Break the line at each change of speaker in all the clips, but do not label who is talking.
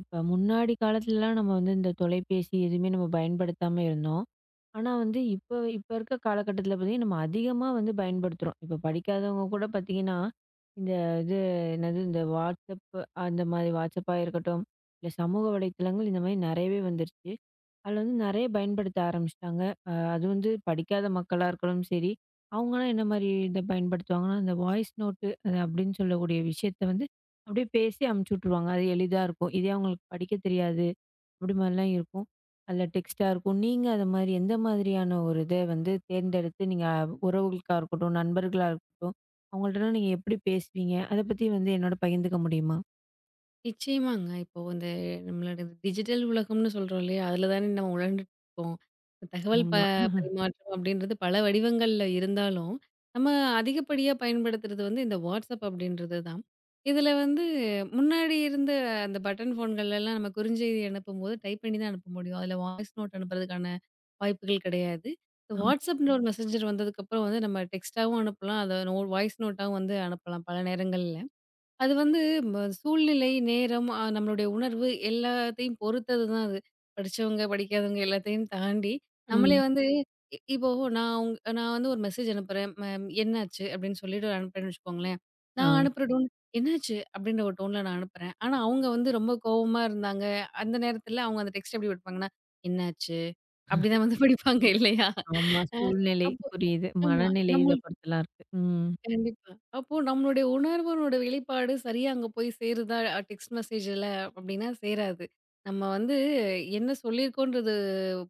இப்ப முன்னாடி காலத்துலலாம் நம்ம இந்த தொலைபேசி எதுவுமே நம்ம பயன்படுத்தாம இருந்தோம். ஆனா இப்ப இப்ப இருக்க காலகட்டத்தில பார்த்தீங்கன்னா, நம்ம அதிகமா பயன்படுத்துறோம். இப்ப படிக்காதவங்க கூட பார்த்தீங்கன்னா, இந்த இது என்னது இந்த WhatsApp அந்த மாதிரி WhatsApp-ஆ இருக்கட்டும், இல்ல சமூக வலைத்தளங்கள் இந்த மாதிரி நெறையவே வந்துருச்சு. அதில நெறைய பயன்படுத்த ஆரம்பிச்சுட்டாங்க. அது படிக்காத மக்களா இருக்கலும் சரி, அவங்கலாம் என்ன மாரி இத பயன்படுத்துவாங்கன்னா, அந்த வாய்ஸ் நோட்டு அது அப்படின்னு சொல்லக்கூடிய விஷயத்த அப்படியே பேசி அமுச்சு விட்டுருவாங்க. அது எளிதா இருக்கும். இதே அவங்களுக்கு படிக்க தெரியாது, அப்படி மாதிரிலாம் இருக்கும். அதில டெக்ஸ்ட்டா இருக்கும். நீங்க அது மாரி எந்த மாதிரியான ஒரு இத தேர்ந்தெடுத்து நீங்க உறவுகளுக்கா இருக்கட்டும், நண்பர்களா இருக்கட்டும், அவங்கள்ட்டலாம் நீங்க எப்படி பேசுவீங்க? அத பத்தி என்னோட பகிர்ந்துக்க முடியுமா?
நிச்சயமாங்க. இப்போ இந்த நம்மளோட டிஜிட்டல் உலகம்னு சொல்றோம் இல்லையா? அதில தானே நம்ம உழண்டுட்டு இருக்கோம். இந்த தகவல்
ஆமா.
பரிமாற்றம் அப்படின்றது பல வடிவங்கள்ல இருந்தாலும், நம்ம அதிகப்படியா பயன்படுத்துறது வந்து இந்த WhatsApp அப்படின்றது தான். இதில வந்து முன்னாடி இருந்த அந்த பட்டன் ஃபோன்கள்லலாம் நம்ம குறுஞ்செய்தி அனுப்பும்போது டைப் பண்ணி தான் அனுப்ப முடியும். அதில வாய்ஸ் நோட் அனுப்புறதுக்கான வாய்ப்புகள் கிடையாது. இந்த WhatsAppன்ற ஒரு மெசேஞ்சர் வந்ததுக்கப்புறம் வந்து நம்ம டெக்ஸ்ட்டாவும் அனுப்பலாம். அத நோ வாய்ஸ் நோட்டாவும் வந்து அனுப்பலாம் பல நேரங்கள்ல. அது வந்து சூழ்நிலை, நேரம், நம்மளுடைய உணர்வு எல்லாத்தையும் பொறுத்தது தான் அது. படிச்சவங்க, படிக்காதவங்க எல்லாத்தையும் தாண்டி, நம்மளே
ம்.
வந்து இப்போ நான் உங் நான் வந்து ஒரு மெசேஜ் அனுப்புறேன். மேம் என்னாச்சு? அப்படின்னு சொல்லிட்டு அனுப்புறேன்னு வச்சுக்கோங்களேன்.
ஆ.
நான் அனுப்புற டோன் என்னாச்சு? அப்படின்ற ஒரு டோன்ல நான் அனுப்புறேன். ஆனா அவங்க வந்து ரொம்ப கோவமா இருந்தாங்க. அந்த நேரத்துல அவங்க அந்த டெக்ஸ்ட் எப்படி படிப்பாங்கன்னா, என்னாச்சு? அப்படிதான் வந்து படிப்பாங்க இல்லையா?
ஆமா.
அ
சூழ்நிலை
அப்போ
புரியுது.
ஆமா.
மனநிலை
நம்ம
இத பொறுத்துலாம் இருக்கு. ம்.
கண்டிப்பா. அப்போ நம்மளுடைய உணர்வோட வெளிப்பாடு சரியா அங்க போய் சேருதா? டெக்ஸ்ட் மெசேஜ்ல அப்டின்னா சேராது. நம்ம வந்து என்ன சொல்லியிருக்கோன்றது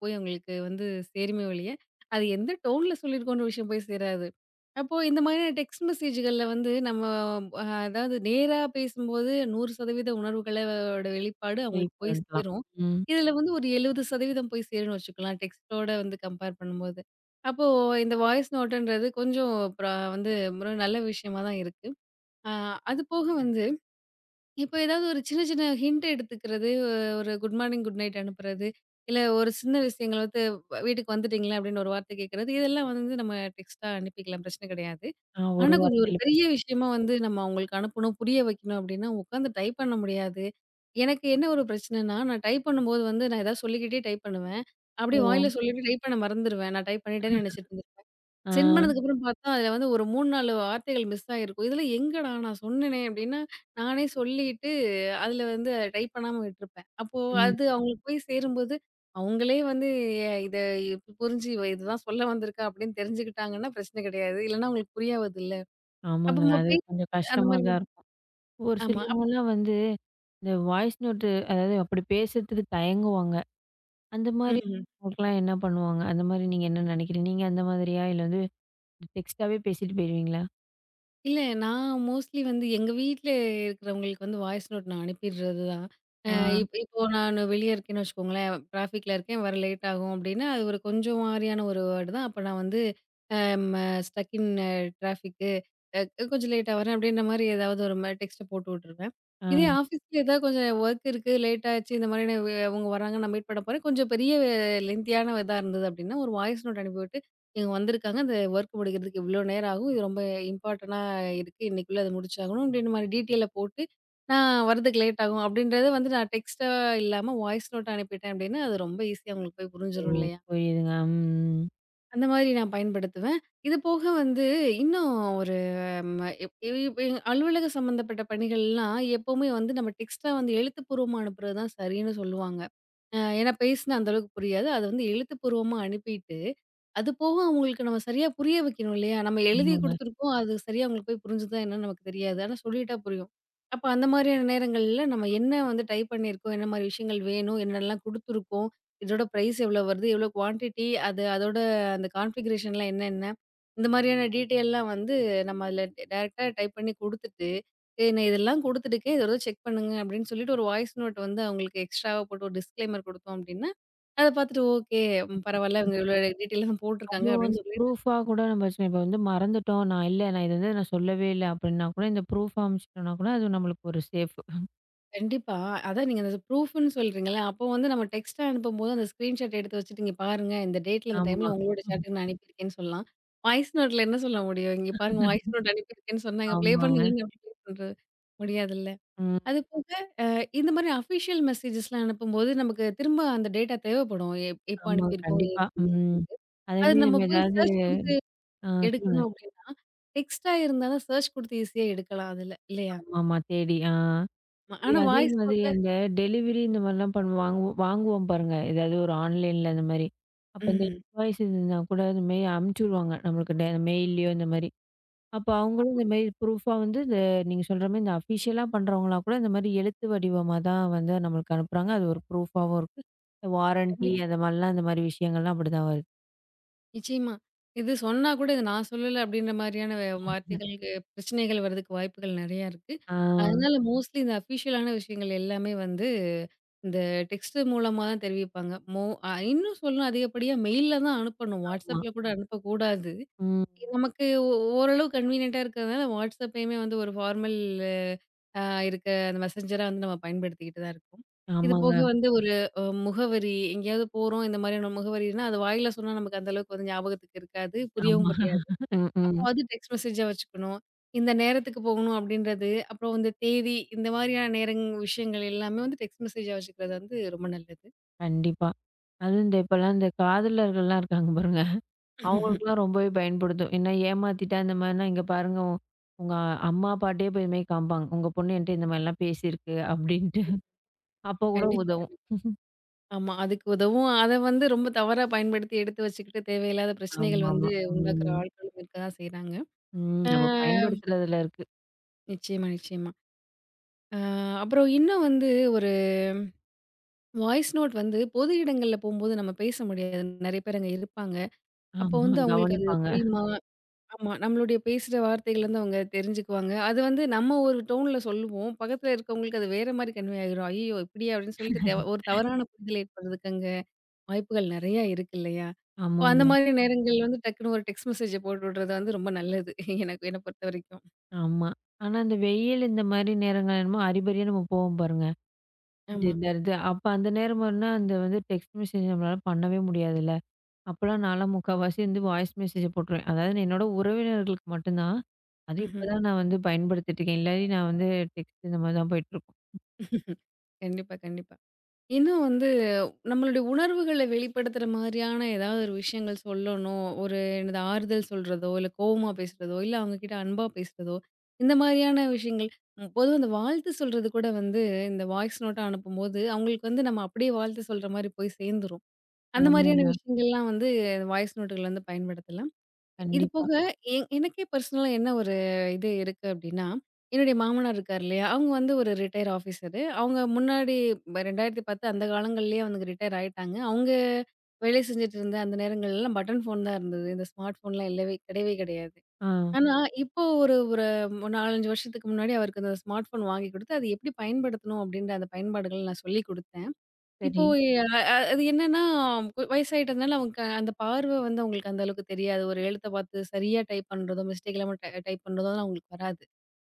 போய் அவங்களுக்கு வந்து சேருமே ஒழிய, அது எந்த டோன்ல சொல்லியிருக்கோன்ற விஷயம் போய் சேராது. அப்போ இந்த மாதிரியான டெக்ஸ்ட் மெசேஜ்கள்ல வந்து நம்ம அதாவது நேரா பேசும்போது 100% உணர்வுகளோட வெளிப்பாடு
சரி
அவங்களுக்கு போய்
பண்ணிக்கலாம்.
சேரும்.
ம்.
இதுல வந்து ஒரு 70% போய் சேரும்னு வச்சுக்கலாம். டெக்ஸ்ட்டோட வந்து கம்பேர் பண்ணும்போது. அப்போ இந்த வாய்ஸ் நோட்டுன்றது கொஞ்சம் அப்புறம் வந்து ஒரு நல்ல விஷயமா தான் இருக்கு. அ அது போக வந்து இப்போ ஏதாவது ஒரு சின்ன சின்ன ஹிண்ட் எடுத்துக்கிறது, ஒரு குட் மார்னிங், குட் நைட் அனுப்புறது, இல்ல ஒரு சின்ன விஷயங்கள் வந்து வீட்டுக்கு வந்துட்டீங்களா அப்படின்னு ஒரு வார்த்தை கேட்கறது, இதெல்லாம் வந்து நம்ம டெக்ஸ்ட்டா அனுப்பிக்கலாம் பிரச்சனை கிடையாது.
ஆ
ஆனா
ஒரு
கொஞ்சம் ஒரு
வார்த்தையில
பெரிய
பேசுறது.
விஷயமா வந்து நம்ம அவங்களுக்கு அனுப்பணும், புரிய வைக்கணும் அப்படின்னா உட்காந்து டைப் பண்ண முடியாது. எனக்கு என்ன ஒரு பிரச்சனைன்னா, நான் டைப் பண்ணும்போது வந்து நான் ஏதாவது சொல்லிக்கிட்டே டைப் பண்ணுவேன். அப்படியே
ஓ!
வாயில சொல்லிட்டு டைப் பண்ண மறந்துருவேன். நான் டைப் பண்ணிட்டேன்னு நினைச்சிட்டு
ஆ.
சென்ட் பண்ணதுக்கு அப்புறம் பார்த்தா, அதுல வந்து ஒரு 3, 4 வார்த்தைகள் மிஸ் ஆகியிருக்கும். "இதெல்லாம் எங்கடா நான் சொன்னேனே!" அப்டின்னா, நானே சொல்லிட்டு அதுல வந்து டைப் பண்ணாம விட்டுருப்பேன். அப்போ
ம்.
அது அவங்களுக்கு போய் சேரும்போது, அவங்களே வந்து இத இப்ப புரிஞ்சு இதுதான் சொல்ல வந்திருக்கா அப்படின்னு தெரிஞ்சுக்கிட்டாங்கன்னா, பிரச்சனை கிடையாது. இல்லன்னா அவங்களுக்கு புரியாவதுல்ல. அப்ப
ஆமாங்க.
நம்ம
அது
பேச
கொஞ்சம்
அந்த
கஷ்டமா
மாரி
தான் இருக்கும். ஒரு
ஆமா.
சிலவங்கலாம் இந்த வாய்ஸ் நோட்டு அதாவது அப்படி பேசுறதுக்கு தயங்குவாங்க. அந்த மாரி
ம்.
அவங்களுக்கெல்லாம் என்ன பண்ணுவாங்க? அந்த மாரி நீங்க என்ன நினைக்கிறீங்க? நீங்க அந்த மாதிரியா? இல்ல டெக்ஸ்ட்டாவே பேசிட்டு போயிருவீங்களா?
இல்ல. நான் மோஸ்ட்லி வந்து எங்க வீட்ல இருக்கிறவங்களுக்கு வந்து வாய்ஸ் நோட் நான் அனுப்பிடுறது தான். அ
ஆ.
இப்போ நானு வெளிய இருக்கேன்னு வச்சுக்கோங்களேன், டிராஃபிக்ல இருக்கேன், வர லேட் ஆகும் அப்படின்னா, அது ஒரு கொஞ்சம் மாரியான ஒரு வேர்டு தான். அப்ப நான் வந்து அ ம ஸ்டக் இன் டிராஃபிக்கு அ கொஞ்சம் லேட்டா வரேன் அப்படின்ற மாரி ஏதாவது ஒரு டெக்ஸ்ட்ட போட்டு விட்டுருவேன். இதே
ஆ.
ஆஃபீஸ்ல ஏதாவது கொஞ்சம் வொர்க் இருக்கு, லேட் ஆச்சு, இந்த மாரி அவங்க வராங்க, நான் மீட் பண்ண போறேன். கொஞ்சம் பெரிய லென்த்தியான இதா இருந்தது அப்படின்னா, ஒரு வாய்ஸ் நோட் அனுப்பிவிட்டு, இவங்க வந்திருக்காங்க, இந்த வொர்க் முடிக்கிறதுக்கு இவ்வளோ நேரம் ஆகும். இது ரொம்ப இம்பார்ட்டனா இருக்கு. இன்னைக்குள்ள அத முடிச்சாகணும் அப்டின்ற மாரி டீட்டெயில போட்டு, நான் வரதுக்கு லேட் ஆகும். அப்டின்றத வந்து நான் டெக்ஸ்ட்டா இல்லாம வாய்ஸ் நோட்டா அனுப்பிட்டேன் அப்டின்னா, அது ரொம்ப ஈஸியா அவங்களுக்கு போய்
ஓ!
புரிஞ்சிரும் இல்லையா?
புரியுதுங்க. ம்.
அந்த மாதிரி நான் பயன்படுத்துவேன். இது போக வந்து இன்னும் ஒரு ம இப் இ இப்ப அலுவலக சம்மந்தப்பட்ட பணிகள்லாம் எப்பவுமே வந்து நம்ம டெக்ஸ்ட்டா வந்து எழுத்துப்பூர்வமா அனுப்புறது தான் சரின்னு சொல்லுவாங்க. ஏன்னா பேசினா அந்த அளவுக்கு புரியாது. அத வந்து எழுத்துப்பூர்வமா அனுப்பிட்டு, அது போக அவங்களுக்கு நம்ம சரியா புரிய வைக்கணும் இல்லையா? நம்ம எழுதி
ஆமாங்க.
குடுத்துருக்கோம். அது சரியா அவங்களுக்கு போய் புரிஞ்சுதா என்னன்னு நமக்கு தெரியாது. ஆனா சொல்லிட்டா புரியும். அப்ப அந்த மாதிரியான நேரங்கள்ல நம்ம என்ன வந்து டைப் பண்ணியிருக்கோம், என்ன மாரி விஷயங்கள் வேணும், என்னெல்லாம் குடுத்துருக்கோம், இதோட பிரைஸ் எவ்வளோ வருது? எவ்வளோ குவான்டிட்டி? அது அதோட அந்த கான்ஃபிகரேஷன்லாம் என்னென்ன? இந்த மாரியான டீட்டெயில்லாம் வந்து நம்ம அதில டைரக்ட்டா டைப் பண்ணி குடுத்துட்டு, "ஏய் நான் இதெல்லாம் குடுத்துட்டுருக்கேன். இத ஒரு தடவ செக் பண்ணுங்க" அப்படின்னு சொல்லிட்டு ஒரு வாய்ஸ் நோட் வந்து அவங்களுக்கு எக்ஸ்ட்ராவா போட்டு ஒரு டிஸ்க்ளைமர் குடுத்தோம் அப்படின்னா, அத பார்த்துட்டு ஓகே. ம்
கண்டிப்பா.
பரவால்ல இவங்க இவ்வளோ டீட்டெயில் தான் போட்டுருக்காங்க
அதுவும்
அப்படின்னு
இந்த
சொல்லி
ப்ரூஃபா கூட நம்ம வச்சுக்கலாம். இப்ப மறந்துட்டோம். நான் இல்ல நான் இது வந்து நான் சொல்லவே இல்ல அப்படின்னா கூட, இந்த ப்ரூஃபா அனுப்பிச்சுட்டோம்னா கூட அது நம்மளுக்கு ஒரு சேஃப்.
கண்டிப்பா. அதான் நீங்க அந்த ப்ரூஃப்ன்னு சொல்றீங்கல்ல, அப்போ வந்து நம்ம டெக்ஸ்ட்டா அனுப்பும்போது அந்த ஸ்கிரீன்ஷாட் எடுத்து வச்சுட்டு, இங்க பாருங்க இந்த டேட்ல, இந்த டைம்ல
ஆமா.
உங்களோட சாட்டுக்கு நான் அனுப்பியிருக்கேன்னு சொல்லலாம். வாய்ஸ் நோட்ல என்ன சொல்ல முடியும்? இங்க பாருங்க வாய்ஸ் நோட் அனுப்பியிருக்கேன்னு சொன்னாங்க. ப்ளே
ஆமாங்க.
பண்ணுங்கன்னு எப்படி ப்ளே பண்றது? முடியாதுல்ல.
ம்.
அது போக அ இந்த மாரி அஃபிஷியல் மெசேஜஸ்லாம் அனுப்பும்போது நமக்கு திரும்ப அந்த டேட்டா தேவைப்படும். எப்போ
ஆமா.
அனுப்பியிருக்கோம்?
கண்டிப்பா.
ஏதுன்னு
ம்.
சொல்லிட்டு. அது
அதேமாரி
நம்ம
நம்ம
போய்
ஏதாவது
சர்ச் குடுத்து
ஆ சொல்லுங்க.
எடுக்கணும் அப்படின்னா, டெக்ஸ்ட்டா இருந்தா தான் சர்ச் குடுத்து ஈஸியா எடுக்கலாம் அதுல, இல்லையா?
ஆமாமா. தேடி. ஆ. இதே
ஆனா
அதே
வாய்ஸ்
மாதிரி
நோட்ல
அந்த டெலிவரி இந்த மாரிலாம் பண்ண வாங்குவோம் வாங்குவோம் பாருங்க. ஏதாவது ஒரு ஆன்லைன்ல அந்த மாரி. அப்ப இந்த
ம்.
இன்வாய்ஸ் இருந்தா கூட, இந்த மாரி அனுப்பிச்சு விடுவாங்க. நம்மளுக்கு டே மெயில்லயோ இந்த மாரி. அப்ப அவங்களும்
ஆமா.
இந்த மாரி ப்ரூஃபா இந்த நீங்க சொல்ற மாரி இந்த அஃபிஷியலா பண்றவங்களா கூட இந்த மாரி எழுத்து வடிவமா தான் நம்மளுக்கு அனுப்புறாங்க. அது ஒரு ப்ரூஃபாவும் இருக்கு. வாரண்டி
கண்டிப்பா.
அந்த மாரிலாம் இந்த மாரி விஷயங்கள்லாம் அப்படிதான் வருது.
நிச்சயமா. இது சொன்னா கூட இது நான் சொல்லல அப்படின்ற மாரியான வார்த்தைகளுக்கு பிரச்சனைகள் வர்றதுக்கு வாய்ப்புகள் நெறையா இருக்கு.
ஆ.
அதனால மோஸ்ட்லி இந்த அஃபிஷியலான விஷயங்கள் எல்லாமே வந்து இந்த டெக்ஸ்ட் மூலமா தான் தெரிவிப்பாங்க. மோ அ இன்னும் சொல்லணும் அதிகப்படியா மெயில்ல தான் அனுப்பணும்.
ஆமா.
WhatsAppல கூட அனுப்பக்கூடாது.
ம்.
நமக்கு ஓரளவு கன்வீனியன்ட்டா இருக்கிறதுனால WhatsAppயுமே வந்து ஒரு ஃபார்மல் ஆ இருக்க அந்த மெசஞ்சர வந்து நம்ம பயன்படுத்திக்கிட்டு தான் இருக்கோம். இது போக
ஆமாங்க.
வந்து ஒரு முகவரி எங்கேயாவது போறோம் இந்த மாதிரியான முகவரினா, அது வாயில சொன்னா நமக்கு அந்த அளவுக்கு வந்து ஞாபகத்துக்கு இருக்காது. புரியவும்
ஆமா.
புரியாது.
ம்,
அப்போ
ம்.
அது டெக்ஸ்ட் மெசேஜா வச்சுக்கணும். இந்த நேரத்துக்கு போகணும் அப்படின்றது, அப்புறம் இந்த தேதி இந்த மாதிரியான விஷயங்கள் எல்லாமே வந்து டெக்ஸ்ட் மெசேஜா வச்சுக்கிறது வந்து ரொம்ப நல்லது.
கண்டிப்பா. அதுவும் இந்த இப்பலாம் இந்த காதலர்கள்லாம் இருக்காங்க பாருங்க. அவங்களுக்குலாம் ரொம்பவே பயன்படுத்தும். ஏன்னா ஏமாத்திட்டா இந்த மாரினா இங்க பாருங்க உங்க அம்மா, அப்பாட்டயே போய் இது மாரி காமிப்பாங்க. உங்க பொண்ணு என்ட்ட இந்த மாரிலாம் பேசியிருக்கு அப்படின்ட்டு. அப்ப கூட
கண்டிப்பா,
உதவும்.
கண்டிப்பா. ஆமா. அதுக்கு உதவும். அத வந்து ரொம்ப தவறா பயன்படுத்தி எடுத்து வச்சுக்கிட்டு தேவையில்லாத பிரச்சனைகள் வந்து
ஆமாமா.
உண்டாக்குற
ம்.
ஆட்களும் இருக்க தான் செய்றாங்க.
ம்.
ஆ
நம்ம பயன்படுத்துறதுல இருக்கு.
நிச்சயமா, நிச்சயமா. அ அப்புறம் இன்னும் வந்து ஒரு வாய்ஸ் நோட் வந்து பொது இடங்கள்ல போம்போது நம்ம பேச முடியாது. நெறைய பேர் அங்க இருப்பாங்க. அப்போ
ஆமா.
வந்து அவங்களுக்கு அது
கவனிப்பாங்க.
புரியுமா? ஆமா. நம்மளுடைய பேசுற வார்த்தைகள் வந்து அவங்க தெரிஞ்சுக்குவாங்க. அது வந்து நம்ம ஒரு டோன்ல சொல்லுவோம். பக்கத்துல இருக்கவங்களுக்கு அது வேற மாரி கன்வே ஆயிரும். "ஐயய்யோ! இப்படியா?" அப்படின்னு சொல்லிட்டு ஒரு தவறான புரிதல் ஏற்படுறதுக்கு அங்க வாய்ப்புகள் நெறையா இருக்கு இல்லையா? இப்போ அந்த
ஆமாங்க.
மாரி நேரங்கள் வந்து டக்குனு ஒரு டெக்ஸ்ட் மெசேஜ போட்டு விடுறது வந்து ரொம்ப நல்லது. எனக்கு என்ன பொறுத்தவரைக்கும்.
ஆமா. ஆனா, இந்த வெயில் இந்த மாரி நேரங்கள் என்னமோ அறிபறியா நம்ம போவோம் பாருங்க. இந்த
ஆமா.
இந்த இது அப்ப அந்த நேரமானா அந்த டெக்ஸ்ட் மெசேஜ் நம்மளால பண்ணவே முடியாதுல்ல. அப்பலாம் நான்லாம் முக்காவாசி வாய்ஸ் மெசேஜ போட்டுருவேன். அதாவது என்னோட உறவினர்களுக்கு மட்டும் தான். அதுவும் இப்ப
ம்ஹ்ம்.
தான் நான் பயன்படுத்திட்டு இருக்கேன். இல்லாட்டி நான் டெக்ஸ்ட் இந்த மாரி தான் போயிட்டுருக்கும்.
கண்டிப்பா, கண்டிப்பா. இன்னும் வந்து நம்மளுடைய உணர்வுகள வெளிப்படுத்துற மாதிரியான ஏதாவது ஒரு விஷயங்கள் சொல்லணும். ஒரு என்னது ஆறுதல் சொல்றதோ, இல்ல கோவமா பேசுறதோ, இல்ல அவங்ககிட்ட அன்பா பேசுறதோ, இந்த மாதிரியான விஷயங்கள். ம் பொதுவா இந்த வாழ்த்து சொல்றது கூட வந்து இந்த வாய்ஸ் நோட்டா அனுப்பும்போது, அவங்களுக்கு வந்து நம்ம அப்படியே வாழ்த்து சொல்ற மாரி போய் சேர்ந்துரும். அந்த மாதிரியான
ஆமாங்க.
விஷயங்கள்லாம் வந்து வாய்ஸ் நோட்டுகள் வந்து பயன்படுத்தலாம். இது
கண்டிப்பா.
போக எனக்கே பர்சனலா என்ன ஒரு இது இருக்கு அப்டின்னா, என்னுடைய மாமனார் இருக்காரு இல்லையா? அவங்க வந்து ஒரு ரிட்டயர் ஆஃபீசரு. அவங்க முன்னாடி 2010 அந்த காலங்கள்லயே அவங்க ரிட்டயர் ஆயிட்டாங்க. அவங்க வேலை செஞ்சுட்டு இருந்த அந்த நேரங்கள்லாம் பட்டன் ஃபோன் தான் இருந்தது. இந்த ஸ்மார்ட் ஃபோன்லாம் இல்லவே கிடையவே கிடையாது.
ஆ.
ஆனா, இப்போ ஒரு ஒரு 4, 5 வருஷத்துக்கு முன்னாடி அவருக்கு அந்த ஸ்மார்ட் ஃபோன் வாங்கி குடுத்து, அது எப்படி பயன்படுத்தணும் அப்படின்ற அந்த பயன்பாடுகள் நான் சொல்லிக் குடுத்தேன். இப்போ
சரி.
அ அ அது என்னன்னா, வயசாயிட்டதுனால அவங்க அந்த பார்வை வந்து அவங்களுக்கு அந்த அளவுக்கு தெரியாது. ஒரு எழுத்த பார்த்து சரியா டைப் பண்றதோ, மிஸ்டேக் இல்லாம டைப் பண்றதோ அவங்களுக்கு வராது.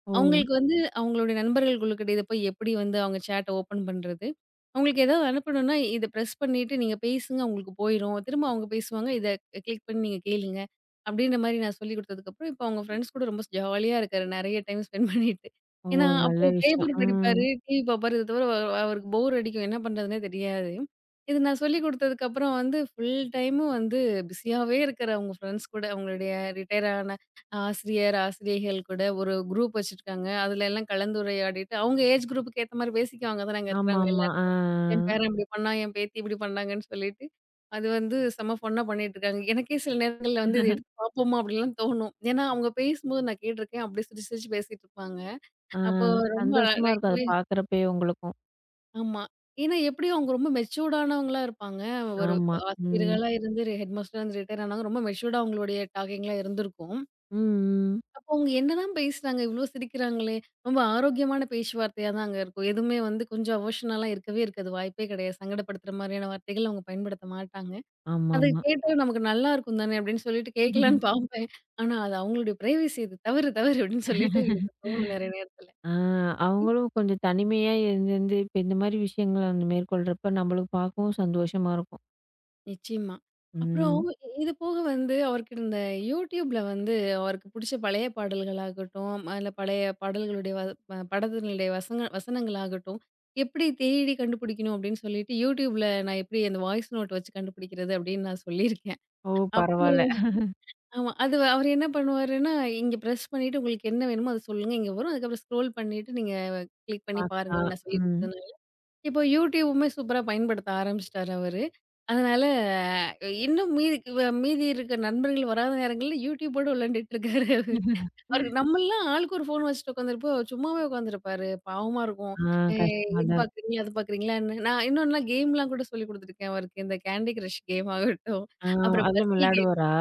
ஓ!
அவங்களுக்கு வந்து அவங்களுடைய நண்பர்களுக்குள்ள இத போய் எப்படி வந்து அவங்க சேட்ட ஓப்பன் பண்றது? அவங்களுக்கு ஏதாவது அனுப்பணும்னா, இத பிரஸ் பண்ணிட்டு நீங்க பேசுங்க உங்களுக்கு போயிரும். திரும்ப அவங்க பேசுவாங்க. இத கிளிக் பண்ணி நீங்க கேளுங்க. அப்படின்ற மாரி நான் சொல்லிக் குடுத்ததுக்கப்புறம், இப்போ அவங்க ஃப்ரெண்ட்ஸ் கூட ரொம்ப ஜாலியா இருக்காரு. நெறைய டைம் ஸ்பெண்ட் பண்ணிட்டு.
ஓ!
ஏன்னா,
நல்ல
அப்போ
விஷயம்.
பேப்பர்
ம்.
படிப்பாரு, டிவி பாப்பாரு. இத தவிர அவருக்கு போர் அடிக்கும். என்ன பண்றதுன்னே தெரியாது. இது நான் சொல்லிக் குடுத்ததுக்கப்புறம் வந்து ஃபுல் டைமும் வந்து பிஸியாவே இருக்காரு அவங்க ஃப்ரெண்ட்ஸ் கூட. அவங்களுடைய ரிட்டயர் ஆசிரியர், ஆசிரியைகள் கூட ஒரு குரூப் வச்சிருக்காங்க. அதுல எல்லாம் கலந்துரையாடிட்டு, அவங்க ஏஜ் குரூப்க்கு ஏத்த மாரி பேசிக்குவாங்க தானங்க இருக்கிறவங்க
ஆமாமா. ஆ.
எல்லாரும். என்
ஆ.
பேரன் இப்படி பண்ணா, என் பேத்தி இப்படி பண்ணாங்கன்னு சொல்லிட்டு, அது வந்து செம ஃபன்னா பண்ணிட்டுருக்காங்க. எனக்கே சில நேரங்கள்ல வந்து இத எடுத்து பார்ப்போமா அப்படிலாம் தோணும். ஏன்னா அவங்க பேசும்போது நான் கேட்டுருக்கேன். அப்படியே சிரிச்சு சிரிச்சு பேசிட்டு இருப்பாங்க.
ஆ,
அப்போ ரொம்ப
சந்தோஷமா இருக்கும் அத
நகைச்சுவை
பார்க்குறப்பயே உங்களுக்கும்.
ஆமா. ஏன்னா எப்படியும் அவங்க ரொம்ப மெச்சூர்டானவங்களா இருப்பாங்க. ஒரு
ஆமா. ம்.
ஆசிரியர்களா இருந்து ஹெட்மாஸ்டரா இருந்து ரிட்டயர் ஆனவங்க ரொம்ப மெச்சூர்டா அவங்களுடைய டாக்கிங்லாம் இருந்திருக்கும்.
ம், ம்.
அப்போ அவங்க என்னதான் பேசுறாங்க? இவ்ளோ சிரிக்கிறாங்களே! ரொம்ப ஆரோக்கியமான பேச்சுவார்த்தையா தான் அங்க இருக்கும். எதுவுமே வந்து கொஞ்சம் எமோஷனலா இருக்கவே இருக்காது. வாய்ப்பே கிடையாது. சங்கடப்படுத்துற மாதிரியான வார்த்தைகள் அவங்க பயன்படுத்த மாட்டாங்க. அது
ஆமாமா.
கேட்டாவே நமக்கு நல்லா இருக்கும் தானே! அப்படின்னு சொல்லிட்டு கேட்கலான்னு பார்ப்பேன். ஆனா, அது அவங்களுடைய பிரைவசி இது. தவறு, தவறு அப்படின்னு சொல்லிட்டு எனக்கு தோணும் நிறைய நேரத்துல.
ஆ, அவங்களும் கொஞ்சம் தனிமையா இருந்திருந்து, இப்ப இந்த மாரி விஷயங்கள மேற்கொள்றப்ப நம்மளுக்கு பார்க்கவும் சந்தோஷமா இருக்கும்.
நிச்சயமா. அப்புறம்
ம்.
இது போக வந்து அவருக்கு இந்த YouTubeல வந்து அவருக்கு புடிச்ச பழைய பாடல்களாகட்டும், இல்ல பழைய பாடல்களுடைய வ ப படத்தினுடைய வசனங்களாகட்டும், எப்படி தேடி கண்டுபிடிக்கணும் அப்படின்னு சொல்லிட்டு YouTubeல நான் எப்படி அந்த வாய்ஸ் நோட் வச்சு கண்டுபிடிக்கிறது அப்படின்னு நான் சொல்லியிருக்கேன்.
ஓ!
அப்போ
பரவால்ல.
ஆமா. அது அவரு என்ன பண்ணுவாருன்னா, இங்க பிரஸ் பண்ணிட்டு உங்களுக்கு என்ன வேணுமோ அத சொல்லுங்க. இங்க வரும். அதுக்கப்புறம் ஸ்க்ரோல் பண்ணிட்டு நீங்க கிளிக் பண்ணி பாருங்கன்னு
பார்க்கலாம்.
நான் சொல்லி
ம்.
குடுத்தேன். இப்போ யூடியூபுமே சூப்பரா பயன்படுத்த ஆரம்பிச்சுட்டாரு அவரு. அதனால இன்னும் மீதி இருக்க நண்பர்கள் வராத நேரங்கள்ல யூடியூபோட விளையாண்டுட்டு இருக்காரு அவரு. அவருக்கு நம்மலாம் ஆளுக்கு ஒரு ஃபோன் வச்சுட்டு உட்காந்துருப்போம். அவர் சும்மாவே உட்காந்துருப்பாரு. பாவமா இருக்கும்.
ஆ,
அ
கஷ்டமா
இது
தான் இருக்கும்.
பார்க்குறீங்களா? அது பார்க்குறீங்களான்னு. நான் இன்னொன்னா கேம்லாம் கூட சொல்லிக் குடுத்துருக்கேன் அவருக்கு. இந்த கேண்டி கிரஷ் கேம் ஆகட்டும்,
ஆ,
அப்புறம்
அதுலயும்
பசில் கேம்.
விளையாடுவாரா?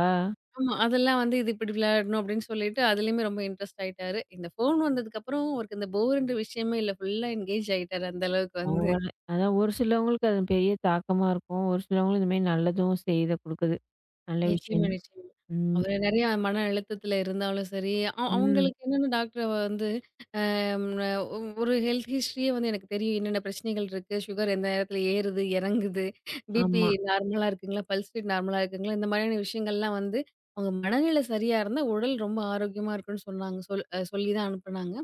ஆமா. அதெல்லாம் வந்து இது இப்படி விளையாடணும் அப்படின்னு சொல்லிட்டு அதுலயுமே ரொம்ப இன்ட்ரெஸ்ட் ஆயிட்டாரு. இந்த ஃபோன் வந்ததுக்கப்புறம் அவருக்கு இந்த போர்ன்ற விஷயமே இல்ல. ஃபுல்லா என்கேஜ் ஆயிட்டாரு அந்த அளவுக்கு வந்து.
பரவால்ல. அதான் ஒரு சிலவங்களுக்கு அது பெரிய தாக்கமா இருக்கும். ஒரு சிலவங்களுக்கு இந்த மாரி நல்லதும் செய்த குடுக்குது. நல்ல
நிச்சயமா,
விஷயம் தான்.
நிச்சயமா.
ம்.
அவரு நெறைய மன அழுத்தத்துல இருந்தாலும் சரி, அவ் ம்.
ம்.
அவங்களுக்கு என்னென்ன டாக்டர் வந்து அம் அ ஒரு ஹெல்த் ஹிஸ்டரியே வந்து எனக்கு தெரியும். என்னென்ன பிரச்சனைகள் இருக்கு, சுகர் எந்த நேரத்துல ஏறுது, இறங்குது, பிபி
ஆமா.
நார்மலா இருக்குங்களா, பல்ஸ் ரேட் நார்மலா இருக்குங்களா, இந்த மாதிரியான விஷயங்கள்லாம் வந்து அவங்க மனநிலை சரியா இருந்தா, உடல் ரொம்ப ஆரோக்கியமா இருக்குன்னு சொன்னாங்க. சொல்லி தான் அனுப்புனாங்க.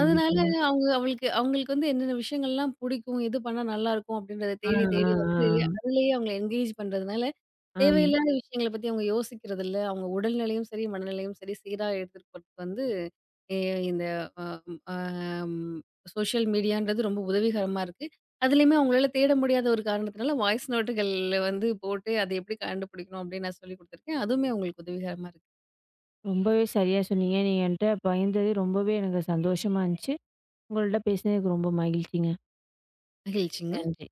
அதனால அவங்களுக்கு வந்து என்னென்ன விஷயங்கள்லாம் பிடிக்கும், எது பண்ணா நல்லாருக்கும் அப்படின்றத
ஆ,
தேடி
ஆ, ஆ,
தேடி வந்து, அதிலேயே அவங்கள என்கேஜ் பண்றதுனால,
ஆ.
தேவையில்லாத விஷயங்கள பத்தி அவங்க யோசிக்கிறதில்ல. அவங்க உடல்நிலையும் சரி, மனநிலையும் சரி சீரா எடுத்துட்டு போறதுக்கு வந்து எ இந்த அ அம் சோஷியல் மீடியான்றது ரொம்ப உதவிகரமா இருக்கு. அதிலயுமே அவங்களால தேட முடியாத ஒரு காரணத்தினால, வாய்ஸ் நோட்டுகள்ல வந்து போட்டு, அதை எப்படி கண்டுபிடிக்கணும் அப்படின்னு நான் சொல்லிக் குடுத்துருக்கேன். அதுவுமே அவங்களுக்கு உதவிகரமா இருக்கு.
ரொம்பவே சரியா சொன்னீங்க. நீங்க என்ட்ட பகிர்ந்தது ரொம்பவே எனக்கு சந்தோஷமா இருந்துச்சு. உங்கள்ட்ட பேசினதுக்கு ரொம்ப மகிழ்ச்சிங்க.
மகிழ்ச்சிங்க.
நன்றி.